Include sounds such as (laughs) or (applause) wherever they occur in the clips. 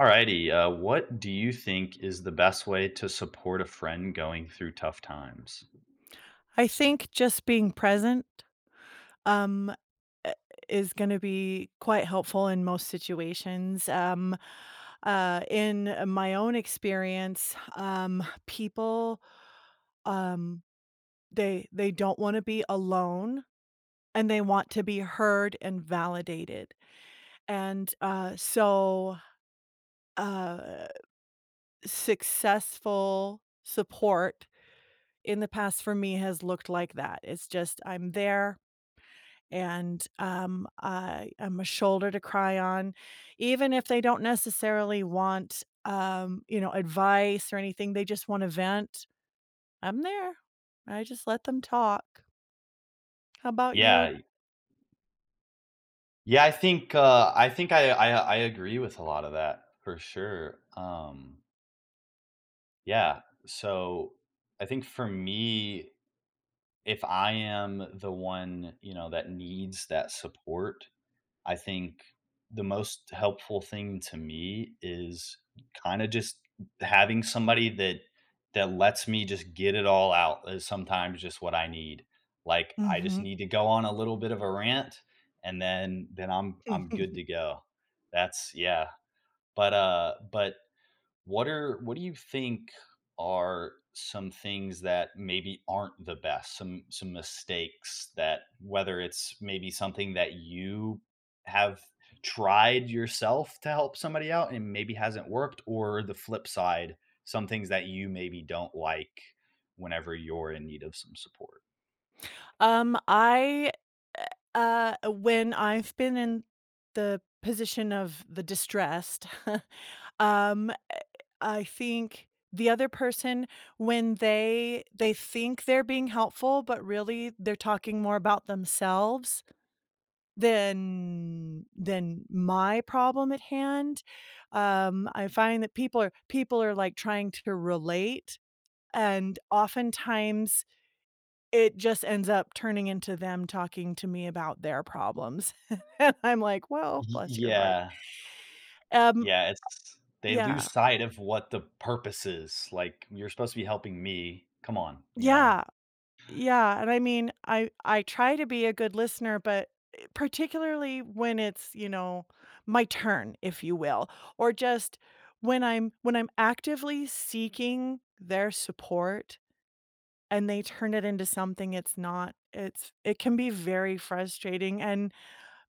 Alrighty. What do you think is the best way to support a friend going through tough times? I think just being present, um, eh, is gonna be quite helpful in most situations. In my own experience, people, um, they don't wanna be alone, and they want to be heard and validated. And, uh, so, uh, Successful support in the past for me has looked like that. It's just, I'm there. I am a shoulder to cry on, even if they don't necessarily want, advice or anything, they just wanna vent, I'm there. I just let them talk. How about you? Yeah, yeah. I think I think I agree with a lot of that for sure. Yeah. So I think for me, if I am the one, you know, that needs that support, I think the most helpful thing to me is kind of just having somebody that lets me just get it all out is sometimes just what I need. Like I just Mhm. need to go on a little bit of a rant and then I'm good to (laughs) go. That's yeah. But but what do you think are some things that maybe aren't the best? Some mistakes that whether it's maybe something that you have tried yourself to help somebody out and maybe hasn't worked, or the flip side, some things that you maybe don't like whenever you're in need of some support. Um, I, uh, when I've been in the position of the distressed, (laughs) um I think the other person when they think they're being helpful, but really they're talking more about themselves than my problem at hand. I find that people are, like, trying to relate, and oftentimes it just ends up turning into them talking to me about their problems. (laughs) And I'm like, "Well, bless your heart." Yeah. Um, Yeah. It's they yeah. lose sight of what the purpose is. Like you're supposed to be helping me. Come on, you know. Yeah, Yeah, and I mean, I try to be a good listener, but particularly when it's, you know, my turn, if you will, or just when I'm actively seeking their support and they turn it into something it's not, it's it can be very frustrating and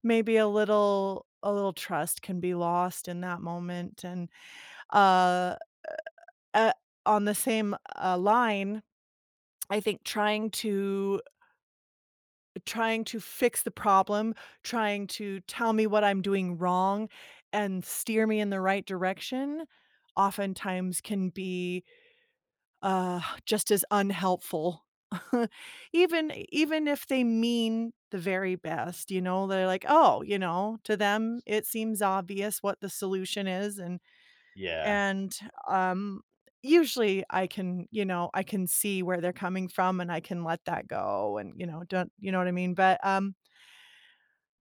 maybe a little trust can be lost in that moment and uh, uh on the same line, I think trying to fix the problem, trying to tell me what I'm doing wrong and steer me in the right direction oftentimes can be, just as unhelpful. (laughs) Even if they mean the very best, you know, they're like, "Oh," you know, to them, it seems obvious what the solution is and Yeah. and, um, usually I can, you know, I can see where they're coming from and I can let that go and, you know, don't you know what I mean? But, um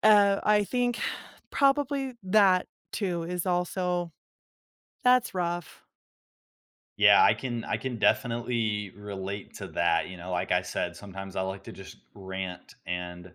uh, I think probably that too is also that's rough. Yeah, I can definitely relate to that, you know, like I said, sometimes I like to just rant and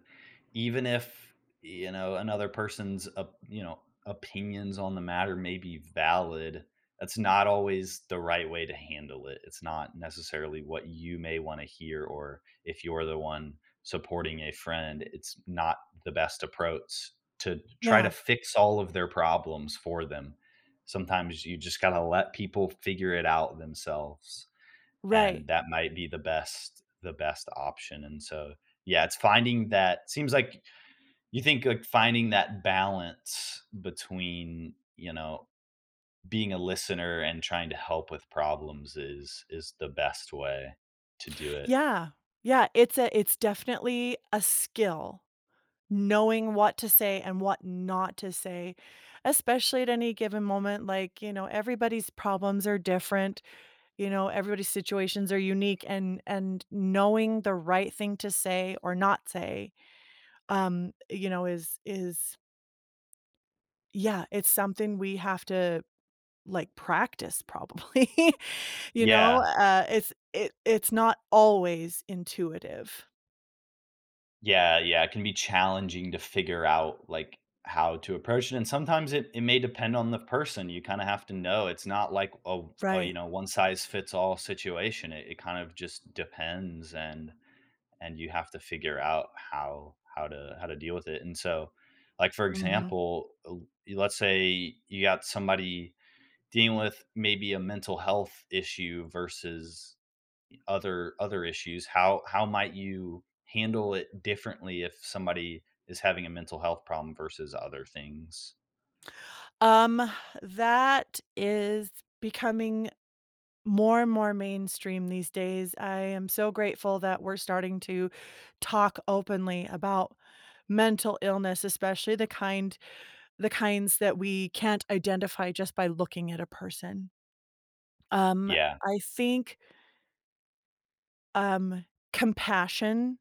even if, you know, another person's opinions on the matter may be valid, that's not always the right way to handle it. It's not necessarily what you may wanna hear, or if you're the one supporting a friend, it's not the best approach to try to Yeah, fix all of their problems for them. Sometimes you just got to let people figure it out themselves, right. and that might be the best option. And so, yeah, it's finding that. Seems like you think like finding that balance between, you know, being a listener and trying to help with problems is the best way to do it. Yeah. Yeah, it's a it's definitely a skill knowing what to say and what not to say, especially at any given moment. Like, you know, everybody's problems are different, you know, everybody's situations are unique and knowing the right thing to say or not say, you know, is yeah, it's something we have to like, practice probably, (laughs) you know, Yeah. It's it's not always intuitive. Yeah, yeah, it can be challenging to figure out, like, how to approach it, and sometimes it it may depend on the person. You kinda have to know, it's not like a Right. you know, one-size-fits-all situation. It kind of just depends, and you have to figure out how to deal with it, and so, like, for Mhm. example, l let's say you got somebody dealing with maybe a mental health issue versus other issues. How might you handle it differently if somebody is having a mental health problem versus other things? Um, that is becoming more and more mainstream these days. I am so grateful that we're starting to talk openly about mental illness, especially the kinds that we can't identify just by looking at a person. Um, Yeah. I think, um, compassion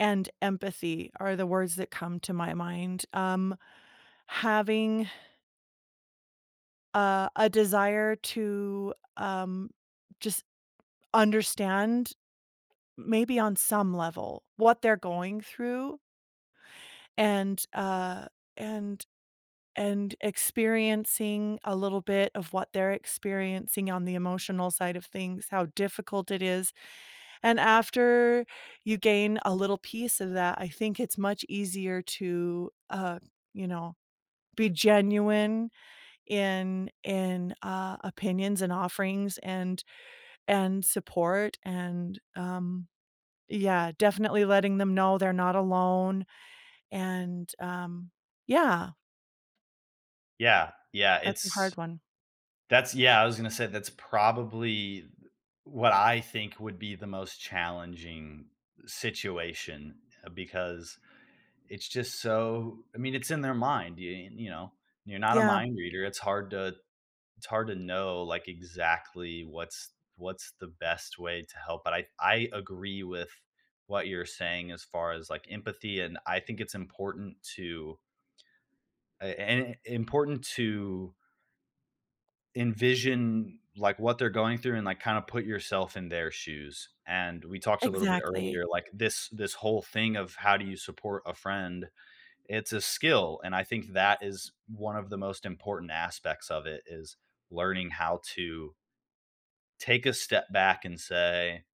and empathy are the words that come to my mind. Having a desire to, just understand, maybe on some level, what they're going through and, and and experiencing a little bit of what they're experiencing on the emotional side of things, how difficult it is, and after you gain a little piece of that, I think it's much easier to, you know be genuine in opinions and offerings and support and, yeah, definitely letting them know they're not alone and, yeah, Yeah. Yeah, that's a it's hard one. that's yeah, I was gonna say that's probably what I think would be the most challenging situation. Because it's just, so I mean, it's in their mind. You know, you're not a Yeah, mind reader. It's hard to it's hard to know like exactly what's the best way to help. But I agree with what you're saying as far as like empathy, and I think it's important to and important to envision like what they're going through, and like kind of put yourself in their shoes. And we talked a little bit exactly. earlier like this whole thing of how do you support a friend. It's a skill, and I think that is one of the most important aspects of it is learning how to take a step back and say,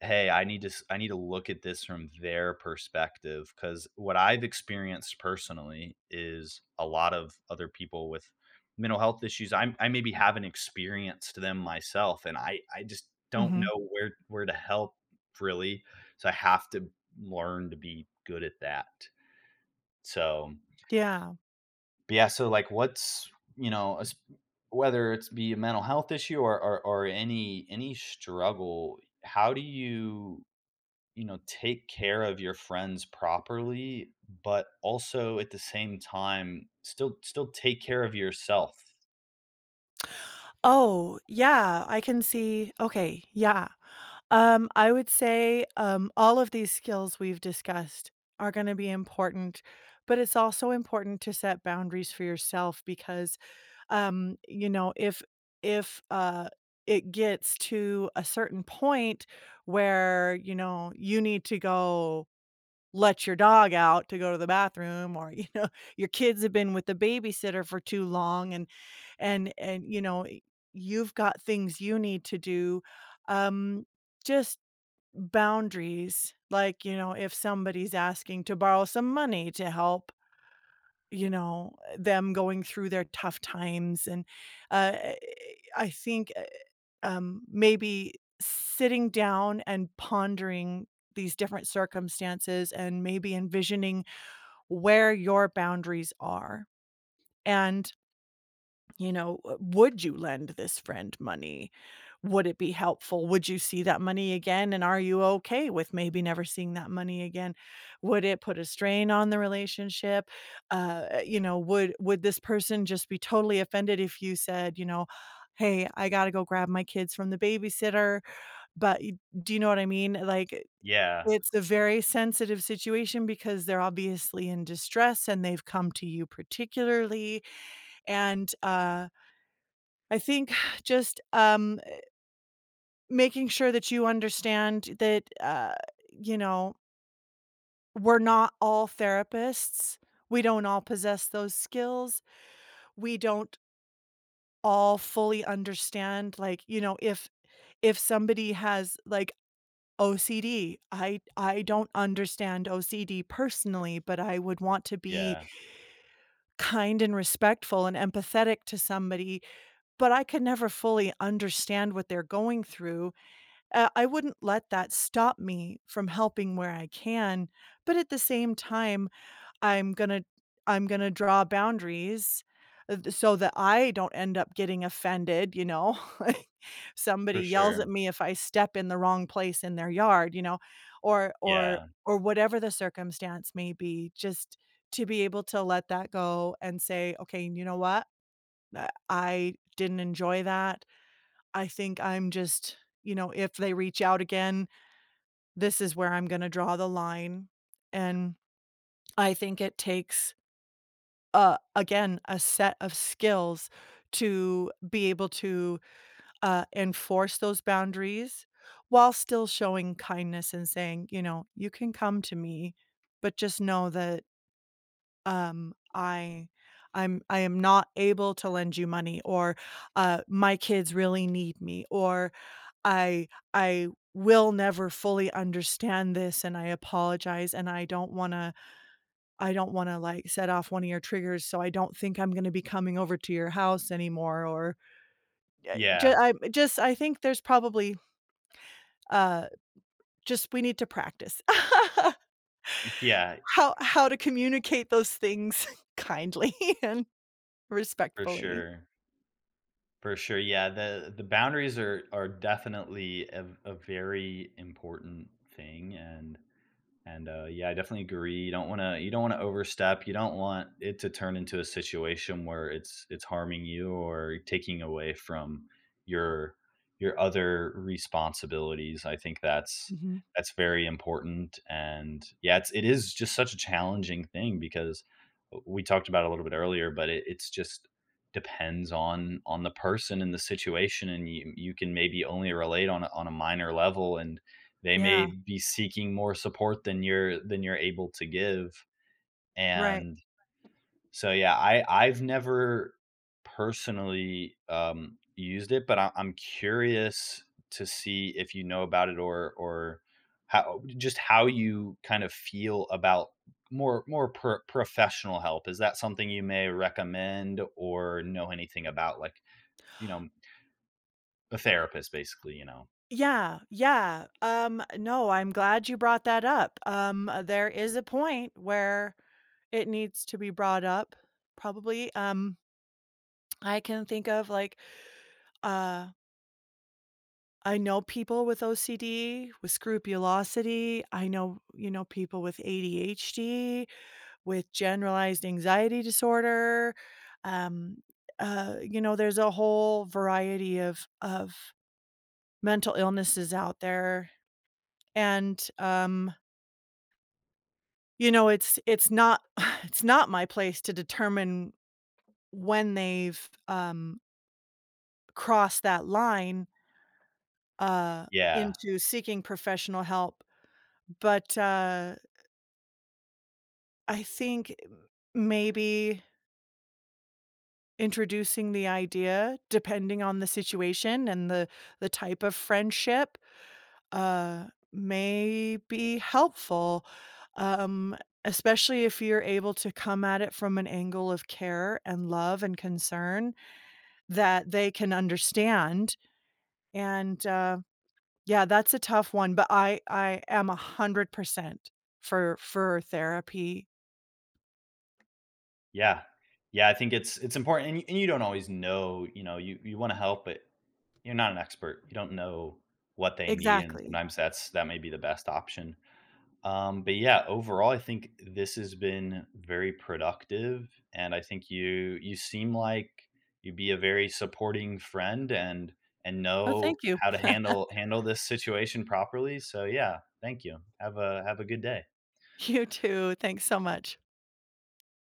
"Hey, I need to I need to look at this from their perspective." Because what I've experienced personally is a lot of other people with mental health issues. I maybe haven't experienced them myself, and I just don't Mhm. know where to help really. So I have to learn to be good at that. So Yeah. but yeah, so like, what's, you know, whether it's be a mental health issue or, or any struggle, how do you, you know, take care of your friends properly, but also at the same time still take care of yourself? Oh, yeah, I can see okay, yeah. I would say, all of these skills we've discussed are gonna be important, but it's also important to set boundaries for yourself because you know, if, it gets to a certain point where, you know, you need to go let your dog out to go to the bathroom or, you know, (laughs) your kids have been with the babysitter for too long and and, you know, y you've got things you need to do, um, just boundaries, like, you know, if somebody's asking to borrow some money to help, you know, them going through their tough times and, uh, eh, I think, maybe sitting down and pondering these different circumstances and maybe envisioning where your boundaries are, and you know, would you lend this friend money? Would it be helpful? Would you see that money again? And are you okay with maybe never seeing that money again? Would it put a strain on the relationship? Uh, you know, would this person just be totally offended if you said, you know, "Hey, I gotta go grab my kids from the babysitter," but y do you know what I mean? Like, Yeah, it's a very sensitive situation because they're obviously in distress and they've come to you particularly, and, I think (sighs) just, making sure that you understand that, you know, we're not all therapists. We don't all possess those skills. We don't all fully understand, like, you know, if somebody has, like, OCD, I don't understand OCD personally, but I would want to be yeah, kind and respectful and empathetic to somebody, but I could never fully understand what they're going through. I wouldn't let that stop me from helping where I can, but at the same time, I'm gonna I'm gonna draw boundaries, th so that I don't end up getting offended, you know? (laughs) Like, somebody for yells at sure. me if I step in the wrong place in their yard, you know, or or Yeah, or whatever the circumstance may be, just to be able to let that go and say, "Okay, you know what? I didn't enjoy that. I think I'm just." You know, if they reach out again, this is where I'm gonna draw the line, and I think it takes, again, a set of skills to be able to, enforce those boundaries while still showing kindness and saying, you know, "You can come to me, but just know that, um, I I'm I am not able to lend you money," or, "My kids really need me," or I I will never fully understand this, and I apologize, and I don't wanna, like, set off one of your triggers, so I don't think I'm gonna be coming over to your house anymore, or, eh, ju yeah, I just I think there's probably, uh, just we need to practice (laughs) yeah, how to communicate those things (laughs) kindly (laughs) and for respectfully. sure. For sure. Yeah, the boundaries are definitely a very important thing and. And yeah, I definitely agree. You don't want to you don't want to overstep. You don't want it to turn into a situation where it's harming you or taking away from your your other responsibilities. I think Mhm. that's very important. And yeah, it's it is just such a challenging thing, because we talked about it a little bit earlier, but it's just depends on the person and the situation, and you can maybe only relate on on a minor level, and they Yeah, may be seeking more support than you're able to give, right. and so, yeah, I I've never personally, used it, but I I'm curious to see if you know about it, or how, just how you kind of feel about more more pro professional help. Is that something you may recommend or know anything about? Like, you know, a therapist basically, you know? Yeah, yeah. No, I'm glad you brought that up. There is a point where it needs to be brought up, probably. I can think of, like, uh, I know people with OCD, with scrupulosity. I know, you know, people with ADHD, with generalized anxiety disorder. Um, you know, there's a whole variety of mental illnesses out there, and you know, it's not (laughs) (sighs) it's not my place to determine when they've crossed that line uh, Yeah. into seeking professional help, but I think maybe introducing the idea, depending on the situation and the type of friendship, uh, may be helpful, um, especially if you're able to come at it from an angle of care and love and concern that they can understand, and, yeah, that's a tough one, but I am 100% for therapy. Yeah. Yeah, I think it's important, and you don't always know, you wanna help, but you're not an expert. You don't know what they need, and Exactly. sometimes that's that may be the best option. But yeah, overall, I think this has been very productive, and I think you you seem like you'd be a very supporting friend and Oh, thank know you. how to handle this situation properly. So yeah, thank you. Have a good day. You too. Thanks so much.